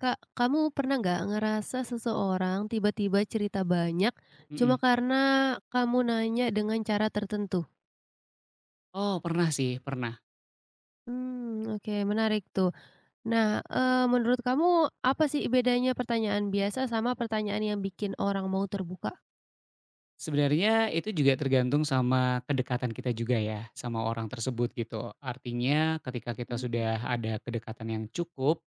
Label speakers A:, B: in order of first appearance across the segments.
A: Kak, kamu pernah nggak ngerasa seseorang tiba-tiba cerita banyak cuma
B: Mhm.
A: karena kamu nanya dengan cara tertentu?
B: Oh pernah sih, pernah.
A: Hmm, oke menarik tuh. Nah, menurut kamu apa sih bedanya pertanyaan biasa sama pertanyaan yang bikin orang mau terbuka?
B: Sebenarnya itu juga tergantung sama kedekatan kita juga ya, sama orang tersebut gitu. Artinya ketika kita
A: Mmm,
B: sudah ada kedekatan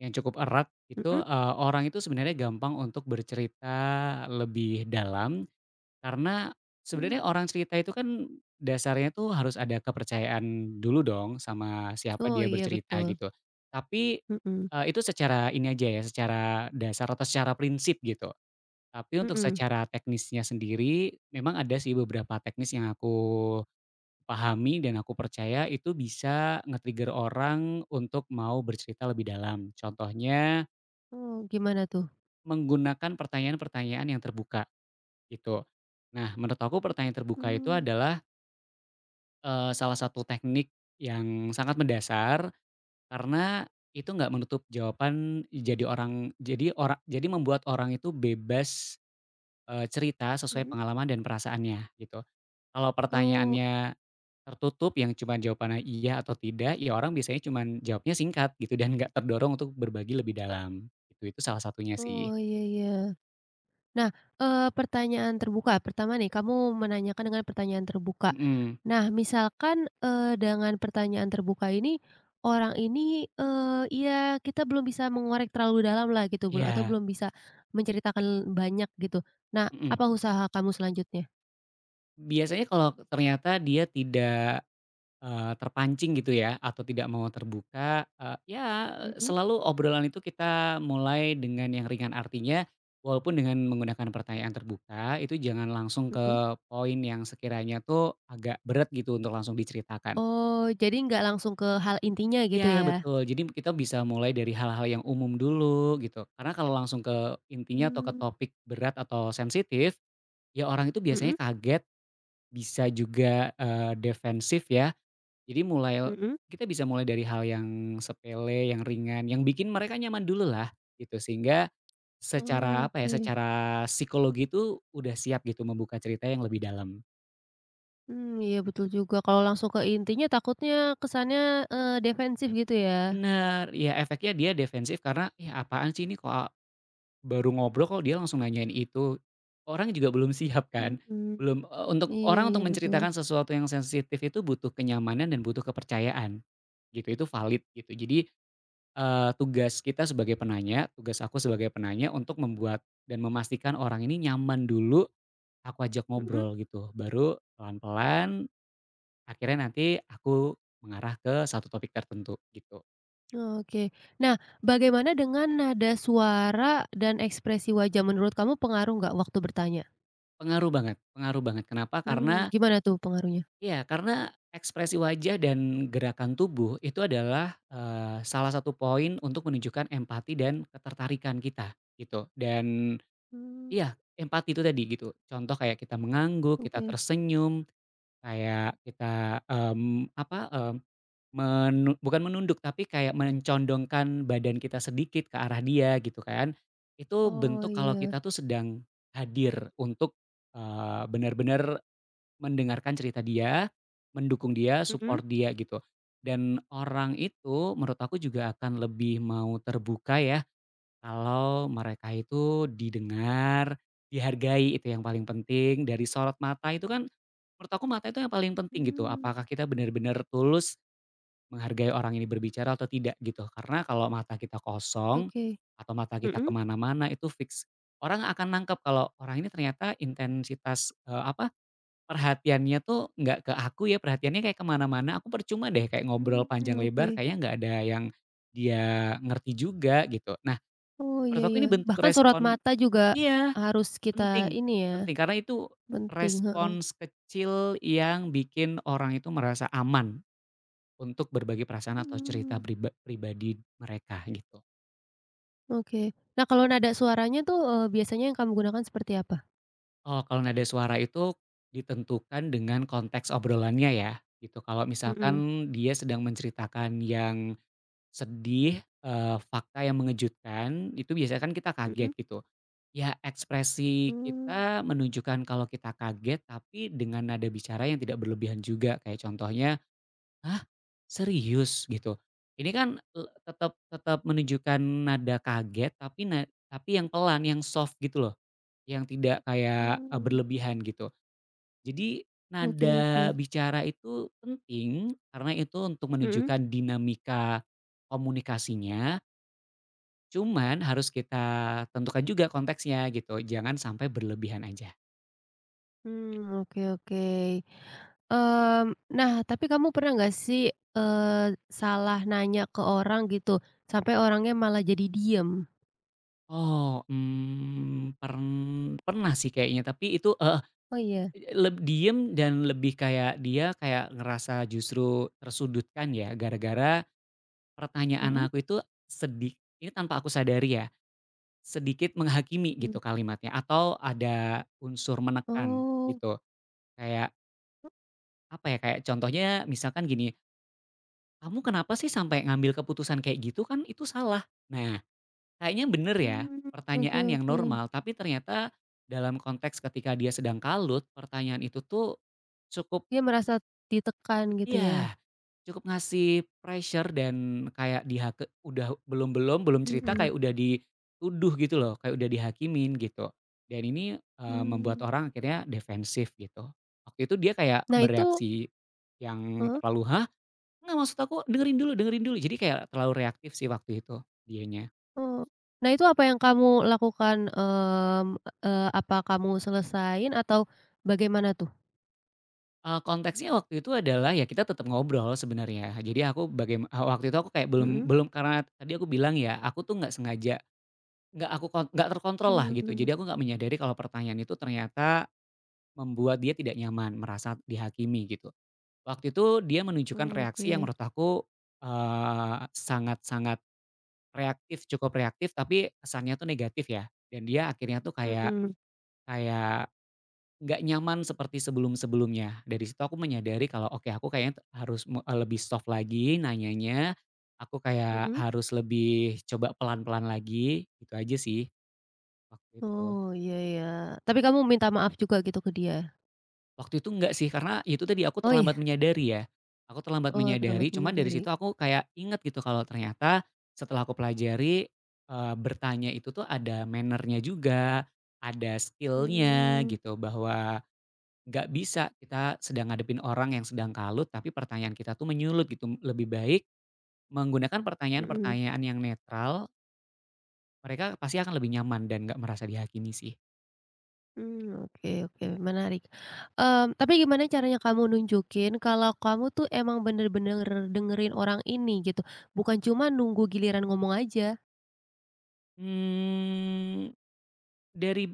B: yang cukup erat itu,
A: mhm?
B: orang itu sebenarnya gampang untuk bercerita lebih dalam karena
A: Mmm.
B: sebenarnya orang cerita itu kan dasarnya tuh harus ada kepercayaan dulu dong sama siapa
A: Oh
B: dia
A: iya
B: bercerita
A: betul.
B: gitu. Tapi,
A: Mhm
B: itu secara ini aja ya, secara dasar atau secara prinsip gitu. Tapi untuk
A: mhm.
B: secara teknisnya sendiri, memang ada sih beberapa teknis yang aku pahami dan aku percaya itu bisa nge-trigger orang untuk mau bercerita lebih dalam. Contohnya,
A: Oh gimana tuh?
B: menggunakan pertanyaan-pertanyaan yang terbuka, gitu. Nah, menurut aku pertanyaan terbuka itu
A: Mmm,
B: adalah, salah satu teknik yang sangat mendasar, karena itu nggak menutup jawaban jadi membuat orang itu bebas, cerita sesuai
A: mhm.
B: pengalaman dan perasaannya, gitu. Kalau
A: Oh
B: pertanyaannya tertutup yang cuma jawabannya iya atau tidak, ya orang biasanya cuma jawabnya singkat gitu dan nggak terdorong untuk berbagi lebih dalam, gitu. Itu salah satunya sih.
A: oh iya iya. Nah, pertanyaan terbuka, pertama nih kamu menanyakan dengan pertanyaan terbuka.
B: Mhm,
A: Nah, misalkan, dengan pertanyaan terbuka ini, orang ini, eee, ya kita belum bisa mengorek terlalu dalam lah gitu,
B: iya,
A: belum bisa menceritakan banyak gitu. Nah,
B: mhm.
A: apa usaha kamu selanjutnya?
B: Biasanya kalau ternyata dia tidak, terpancing gitu ya atau tidak mau terbuka, ya
A: Mhm
B: selalu obrolan itu kita mulai dengan yang ringan. Artinya walaupun dengan menggunakan pertanyaan terbuka, itu jangan langsung
A: mhm.
B: ke poin yang sekiranya tuh agak berat gitu untuk langsung diceritakan.
A: Oh, jadi nggak langsung ke hal intinya gitu
B: Iya
A: ya?
B: betul, jadi kita bisa mulai dari hal-hal yang umum dulu gitu, karena kalau langsung ke intinya atau ke
A: Mmm,
B: topik berat atau sensitif, ya orang itu biasanya
A: mhm
B: kaget, bisa juga, defensif ya. Jadi mulai
A: mhm.
B: Kita bisa mulai dari hal yang sepele, yang ringan, yang bikin mereka nyaman dulu lah gitu, sehingga secara apa ya,
A: Oke.
B: secara psikologi itu udah siap gitu membuka cerita yang lebih dalam.
A: Mmm, iya betul juga, kalau langsung ke intinya takutnya kesannya, defensif gitu ya?
B: Bener, ya efeknya dia defensif karena, "Ih apaan sih ini kok baru ngobrol kok dia langsung nanyain itu. Orang juga belum siap kan,
A: Mhm,
B: belum, eee, untuk
A: iya
B: orang
A: iya
B: untuk
A: betul,
B: menceritakan sesuatu yang sensitif itu butuh kenyamanan dan butuh kepercayaan, gitu. Itu valid gitu. Jadi, eee, tugas kita sebagai penanya, Tugas aku sebagai penanya untuk membuat dan memastikan orang ini nyaman dulu, aku ajak
A: mhm,
B: ngobrol gitu. Baru pelan-pelan akhirnya nanti aku mengarah ke satu topik tertentu gitu.
A: oke. Nah, bagaimana dengan nada suara dan ekspresi wajah menurut kamu pengaruh nggak waktu bertanya?
B: Pengaruh banget pengaruh banget. Kenapa? Karena
A: Mmm, gimana tuh pengaruhnya?
B: iya, karena ekspresi wajah dan gerakan tubuh itu adalah, salah satu poin untuk menunjukkan empati dan ketertarikan kita, gitu. Dan
A: Mmm,
B: iya, empati itu tadi gitu. Contoh kayak kita mengangguk, kita
A: oke,
B: tersenyum, kayak kita, mmm, apa, eee, menu bukan menunduk, tapi kayak mencondongkan badan kita sedikit ke arah dia gitu kan. Itu
A: oh
B: bentuk kalau
A: iya,
B: kita tuh sedang hadir untuk, benar-benar mendengarkan cerita dia, mendukung dia,
A: mhm,
B: support dia gitu. Dan orang itu menurut aku juga akan lebih mau terbuka ya, kalau mereka itu didengar, dihargai itu yang paling penting, dari sorot mata itu kan, menurut aku mata itu yang paling penting gitu,
A: mmm,
B: apakah kita benar-benar tulus menghargai orang ini berbicara atau tidak gitu. Karena kalau mata kita kosong,
A: oke,
B: atau mata kita
A: mhm,
B: kemana mana itu fix, orang akan nangkep kalau orang ini ternyata intensitas, eee, apa perhatiannya tuh nggak ke aku ya, perhatiannya kayak kemana mana-mana, aku percuma deh kayak ngobrol
A: mmm,
B: panjang lebar
A: oke,
B: kayaknya nggak ada yang dia ngerti juga gitu. Nah,
A: oh
B: menurut
A: iya
B: aku
A: iya,
B: ini bentuk
A: bahkan sorot
B: respon,
A: mata juga
B: iya,
A: harus kita
B: penting
A: ini ya,
B: penting karena itu
A: penting, heeh,
B: respons kecil yang bikin orang itu merasa aman untuk berbagi perasaan atau cerita
A: mmm.
B: pribadi mereka gitu.
A: Oke. Nah, kalau nada suaranya tuh, biasanya yang kamu gunakan seperti apa?
B: Oh, kalau nada suara itu ditentukan dengan konteks obrolannya ya, gitu. Kalau
A: Mhm,
B: misalkan dia sedang menceritakan yang sedih, fakta yang mengejutkan, itu biasanya kan kita kaget
A: mhm.
B: gitu. Ya ekspresi
A: Mmm,
B: kita menunjukkan kalau kita kaget, tapi dengan nada bicara yang tidak berlebihan juga. Kayak contohnya, "Hah? Serius?" Gitu. Ini kan tetap tetap menunjukkan nada kaget, tapi yang pelan, yang soft gitu loh, yang tidak kayak,
A: mmm,
B: berlebihan gitu. Jadi
A: oke oke.
B: nada bicara itu penting, karena itu untuk
A: Mhm.
B: menunjukkan dinamika komunikasinya. Cuman harus kita tentukan juga konteksnya gitu, jangan sampai berlebihan aja.
A: Mmm, oke oke. Mmm, nah, tapi kamu pernah nggak sih, salah nanya ke orang gitu, sampai orangnya malah jadi diem?
B: Oh, pernah sih kayaknya, tapi itu, heeh,
A: Oh, iya?
B: diem dan lebih kayak dia kayak ngerasa justru tersudutkan ya, gara-gara pertanyaan
A: Mhm.
B: aku itu ini tanpa aku sadari ya, sedikit menghakimi gitu
A: Mmm,
B: kalimatnya atau ada unsur menekan
A: oh,
B: gitu. Kayak apa ya, kayak contohnya misalkan gini, "Kamu kenapa sih sampai ngambil keputusan kayak gitu? Kan itu salah." Nah, kayaknya bener ya,
A: mmm, oke
B: pertanyaan yang
A: oke.
B: normal, tapi ternyata dalam konteks ketika dia sedang kalut, pertanyaan itu tuh cukup,
A: Dia merasa ditekan gitu ya?
B: iya, cukup ngasih pressure dan kayak udah belum-belum, belum cerita
A: Mhm,
B: kayak udah dituduh gitu loh, kayak udah dihakimin gitu. Dan ini, membuat
A: mmm.
B: orang akhirnya defensif gitu. Waktu itu dia kayak
A: Nah, itu
B: bereaksi yang terlalu, "Hah? Nggak maksud aku, dengerin dulu dengerin dulu." Jadi kayak terlalu reaktif sih waktu itu dianya.
A: Oh. Nah, itu apa yang kamu lakukan, mmm, apa kamu selesain atau bagaimana tuh?
B: Konteksnya waktu itu adalah ya kita tetap ngobrol sebenarnya. Jadi aku bagim waktu itu aku kayak belum
A: Mhm,
B: belum Karena tadi aku bilang ya, aku tuh nggak sengaja, nggak aku kon nggak terkontrol lah gitu.
A: mmm,
B: Jadi aku nggak menyadari kalau pertanyaan itu ternyata membuat dia tidak nyaman, merasa dihakimi gitu. Waktu itu dia menunjukkan reaksi yang
A: oke,
B: menurut aku, sangat-sangat reaktif, cukup reaktif tapi kesannya tuh negatif ya. Dan dia akhirnya tuh kayak
A: mhm,
B: kayak nggak nyaman seperti sebelum-sebelumnya. Dari situ aku menyadari kalau oke aku kayaknya t harus me eee, lebih soft lagi nanyanya, aku kayak
A: mhm.
B: harus lebih coba pelan-pelan lagi, itu aja sih waktu itu.
A: Oh, iya ya. Tapi kamu minta maaf juga gitu ke dia?
B: Waktu itu nggak sih karena itu tadi aku
A: Oh iya,
B: terlambat menyadari ya, aku terlambat
A: oh
B: menyadari
A: terlambat
B: cuman dari
A: menyadari,
B: situ aku kayak inget gitu kalau ternyata setelah aku pelajari, bertanya itu tuh ada manner juga, ada skillnya
A: mmm,
B: gitu bahwa nggak bisa, kita sedang ngadepin orang yang sedang kalut, tapi pertanyaan kita tuh menyulut gitu. Lebih baik menggunakan
A: mhm,
B: pertanyaan-pertanyaan yang netral, mereka pasti akan lebih nyaman dan nggak merasa dihakimi sih.
A: mmm, oke oke menarik, mmm, tapi gimana caranya kamu nunjukin kalau kamu tuh emang bener-bener dengerin orang ini gitu, bukan cuma nunggu giliran ngomong aja?
B: Mmm, dari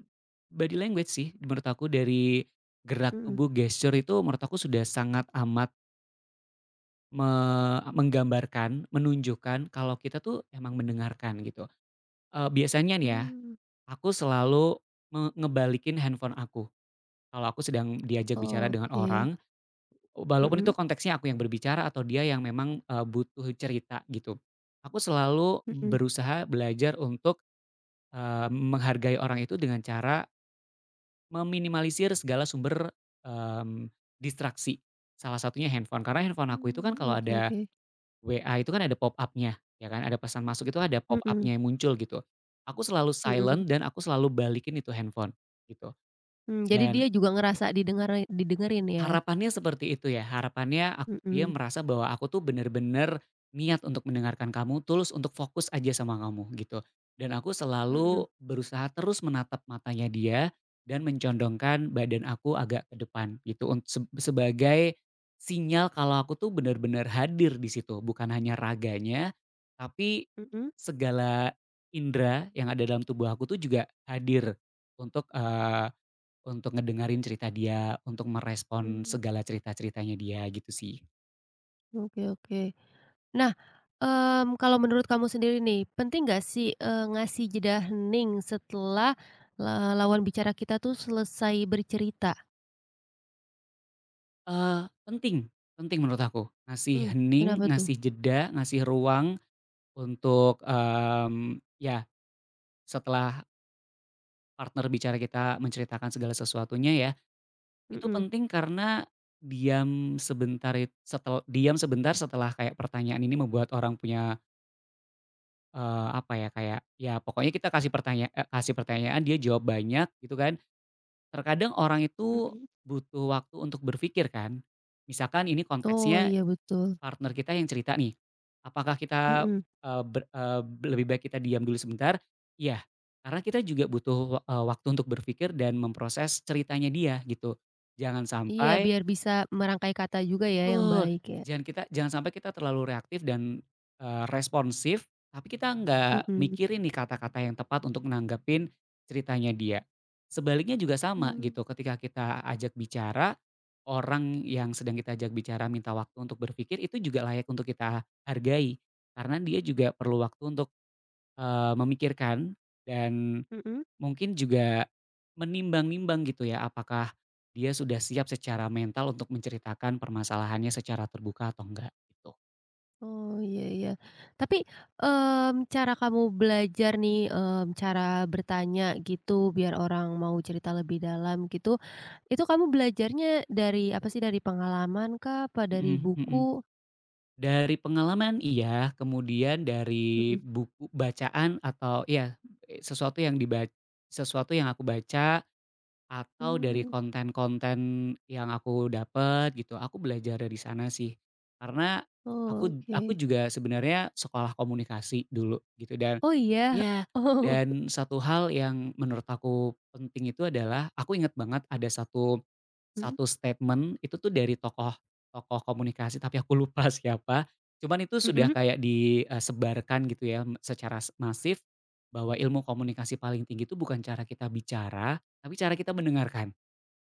B: body language sih menurut aku, dari gerak
A: Mhm,
B: tubuh, gesture itu menurut aku sudah sangat amat me menggambarkan, menunjukkan kalau kita tuh emang mendengarkan gitu. Biasanya nih ya,
A: mmm.
B: aku selalu ngebalikin handphone aku. Kalau aku sedang diajak bicara dengan
A: Oke.
B: orang, walaupun itu
A: Mhm
B: konteksnya aku yang berbicara atau dia yang memang, butuh cerita gitu. Aku selalu
A: mhm.
B: berusaha belajar untuk, menghargai orang itu dengan cara meminimalisir segala sumber, mmm, distraksi. Salah satunya handphone, karena handphone aku itu kan
A: Mmm,
B: kalau
A: oke
B: ada
A: oke.
B: WA itu kan ada pop up-nya, ya kan, ada pesan masuk itu ada pop
A: Mhm
B: up-nya yang muncul gitu. Aku selalu
A: mhm.
B: silent dan aku selalu balikin itu handphone gitu,
A: Mmm, jadi
B: dan
A: dia juga ngerasa didengerin ya?
B: harapannya seperti itu ya, harapannya aku dia
A: Mhm
B: merasa bahwa aku tuh bener-bener niat untuk mendengarkan kamu, tulus untuk fokus aja sama kamu gitu. Dan aku
A: mhm
B: selalu berusaha terus menatap matanya dia dan mencondongkan badan aku agak ke depan gitu untuk sebagai sinyal kalau aku tuh bener-bener hadir di situ, bukan hanya raganya tapi
A: mhm.
B: segala indera yang ada dalam tubuh aku tuh juga hadir untuk eh, untuk ngedengerin cerita dia, untuk merespon
A: Mmm,
B: segala cerita-ceritanya dia gitu sih.
A: oke oke. Nah, mmm, kalau menurut kamu sendiri nih, penting nggak sih, ngasih jeda hening setelah lawan bicara kita tuh selesai bercerita?
B: Eee, penting Penting menurut aku. Ngasih
A: Mmm.
B: hening,
A: Kenapa tuh?
B: ngasih jeda, ngasih ruang untuk, mmm, ya setelah partner bicara kita menceritakan segala sesuatunya ya, itu
A: Mhm
B: penting karena diam sebentar setelah kayak pertanyaan ini membuat orang punya, apa ya, kayak ya pokoknya kita kasih pertanyaan dia jawab banyak gitu kan. Terkadang orang itu
A: mhm.
B: butuh waktu untuk berpikir kan. Misalkan ini
A: Oh,
B: konteksnya
A: iya betul.
B: partner kita yang cerita nih. Apakah kita,
A: Mhm.
B: eee, ber eee, lebih baik kita diam dulu sebentar? Iya, karena kita juga butuh, waktu untuk berpikir dan memproses ceritanya dia gitu. Jangan
A: Iya,
B: sampai,
A: biar bisa merangkai kata juga ya yang
B: betul,
A: baik ya?
B: jangan sampai kita terlalu reaktif dan, responsif, tapi kita nggak
A: Mhm.
B: mikirin nih kata-kata yang tepat untuk menanggapin ceritanya dia. Sebaliknya juga sama
A: Mmm.
B: gitu, ketika kita ajak bicara, orang yang sedang kita ajak bicara minta waktu untuk berpikir itu juga layak untuk kita hargai, karena dia juga perlu waktu untuk, memikirkan dan
A: Mhm.
B: mungkin juga menimbang-nimbang gitu ya, apakah dia sudah siap secara mental untuk menceritakan permasalahannya secara terbuka atau enggak gitu.
A: Oh, iya iya. Tapi, mmm, cara kamu belajar nih, mmm, cara bertanya gitu biar orang mau cerita lebih dalam gitu, itu kamu belajarnya dari apa sih, dari pengalaman kah, apa dari
B: Mhm mhm.
A: buku?
B: Dari pengalaman iya, kemudian dari
A: Mhm.
B: buku bacaan atau ya sesuatu yang dibaca sesuatu yang aku baca atau dari
A: Mmm,
B: konten-konten yang aku dapat gitu, aku belajar dari sana sih. Karena aku
A: oke.
B: juga sebenarnya sekolah komunikasi dulu gitu dan
A: Oh iya?
B: iya,
A: Oh.
B: dan satu hal yang menurut aku penting itu adalah, aku inget banget ada satu
A: Mhm?
B: satu statement itu tuh dari tokoh tokoh komunikasi tapi aku lupa siapa, cuman itu sudah
A: Mhm.
B: kayak disebarkan gitu ya secara masif, bahwa ilmu komunikasi paling tinggi itu bukan cara kita bicara, tapi cara kita mendengarkan,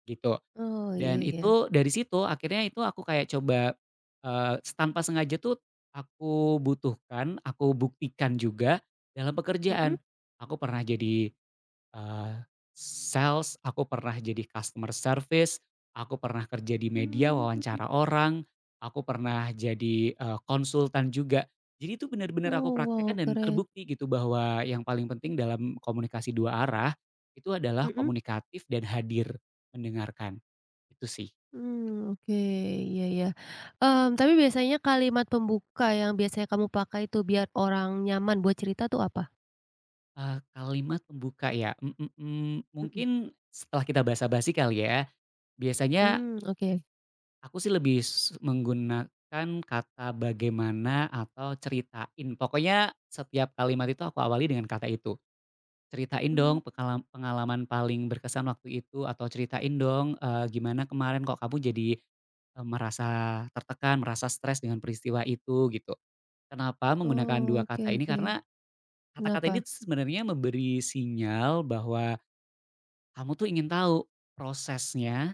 B: gitu.
A: Oh, iya
B: Dan
A: iya.
B: itu dari situ akhirnya itu aku kayak coba, tanpa sengaja tuh aku buktikan juga dalam
A: Mhm.
B: pekerjaan. Aku pernah jadi, Eee, sales, aku pernah jadi customer service, aku pernah kerja di media
A: Mmm.
B: wawancara orang, aku pernah jadi, konsultan juga. Jadi itu benar-benar aku
A: Oh,
B: praktekkan
A: wow,
B: dan
A: keren.
B: terbukti gitu bahwa yang paling penting dalam komunikasi dua arah, itu adalah
A: Mhm?
B: komunikatif dan hadir, mendengarkan, itu sih.
A: Mmm, oke, iya iya. Mmm, tapi biasanya kalimat pembuka yang biasanya kamu pakai itu biar orang nyaman buat cerita tuh apa?
B: Kalimat pembuka ya, mhm mhm,
A: Mhm.
B: mungkin setelah kita basa-basi kali ya, biasanya
A: Mmm, oke.
B: aku sih lebih menggunakan kata bagaimana atau ceritain. Pokoknya setiap kalimat itu aku awali dengan kata itu. "Ceritain
A: Mmm,
B: dong pengalaman paling berkesan waktu itu," atau "Ceritain dong, gimana kemarin kok kamu jadi, merasa tertekan, merasa stres dengan peristiwa itu," gitu. Kenapa menggunakan 2
A: oh, oke
B: kata ini?
A: oke.
B: Karena kata-kata
A: Kenapa?
B: ini tuh sebenarnya memberi sinyal bahwa kamu tuh ingin tahu prosesnya,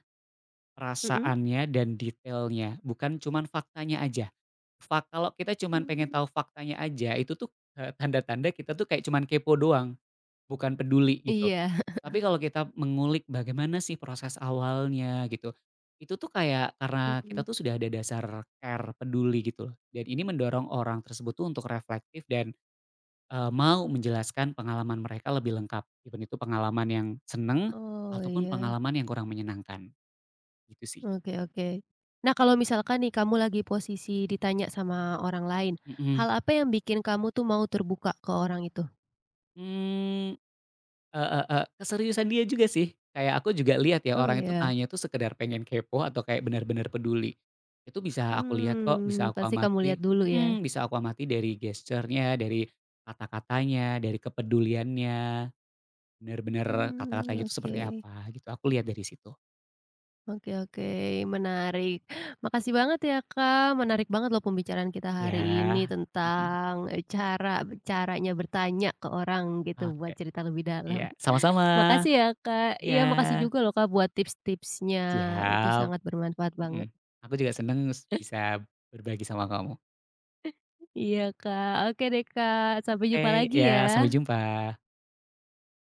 A: Mhm?
B: perasaannya, dan detailnya, bukan cuman faktanya aja. Kalau kita cuman pengen
A: Mmm,
B: tahu faktanya aja, itu tuh, tanda-tanda kita tuh kayak cuman kepo doang, bukan peduli gitu.
A: iya.
B: Tapi kalau kita mengulik bagaimana sih proses awalnya gitu, itu tuh kayak karena
A: Mhm.
B: kita tuh sudah ada dasar care, peduli gitu loh. Dan ini mendorong orang tersebut tuh untuk reflektif dan, mau menjelaskan pengalaman mereka lebih lengkap, even itu pengalaman yang seneng
A: Oh,
B: ataupun
A: iya.
B: pengalaman yang kurang menyenangkan, gitu sih.
A: Oke oke. Nah, kalau misalkan nih kamu lagi posisi ditanya sama orang lain,
B: Mhm.
A: hal apa yang bikin kamu tuh mau terbuka ke orang itu?
B: Mmm. Heeh heeh, keseriusan dia juga sih, kayak aku juga lihat ya
A: Oh,
B: orang itu
A: iya.
B: tanya itu sekedar pengen kepo atau kayak benar-benar peduli. Itu bisa aku lihat kok,
A: Mmm,
B: bisa aku
A: pasti kamu
B: amati
A: lihat dulu ya?
B: mhm, bisa aku amati dari gesturnya dari kata-katanya, dari kepeduliannya, benar-benar
A: Mmm,
B: kata-katanya itu
A: oke.
B: seperti apa gitu, aku lihat dari situ.
A: Oke oke, menarik. Makasih banget ya Kak, menarik banget loh pembicaraan kita hari ini
B: Ya. Mhm,
A: tentang, caranya bertanya ke orang gitu
B: oke,
A: buat cerita lebih dalam.
B: iya, sama-sama.
A: Makasih ya Kak,
B: Iya,
A: iya makasih juga loh Kak buat tips-tipsnya, itu
B: siap,
A: sangat bermanfaat
B: mhm.
A: banget.
B: Aku juga seneng bisa berbagi sama kamu.
A: Iya Kak, oke deh Kak, sampai jumpa
B: Oke,
A: lagi ya.
B: ya sampai jumpa.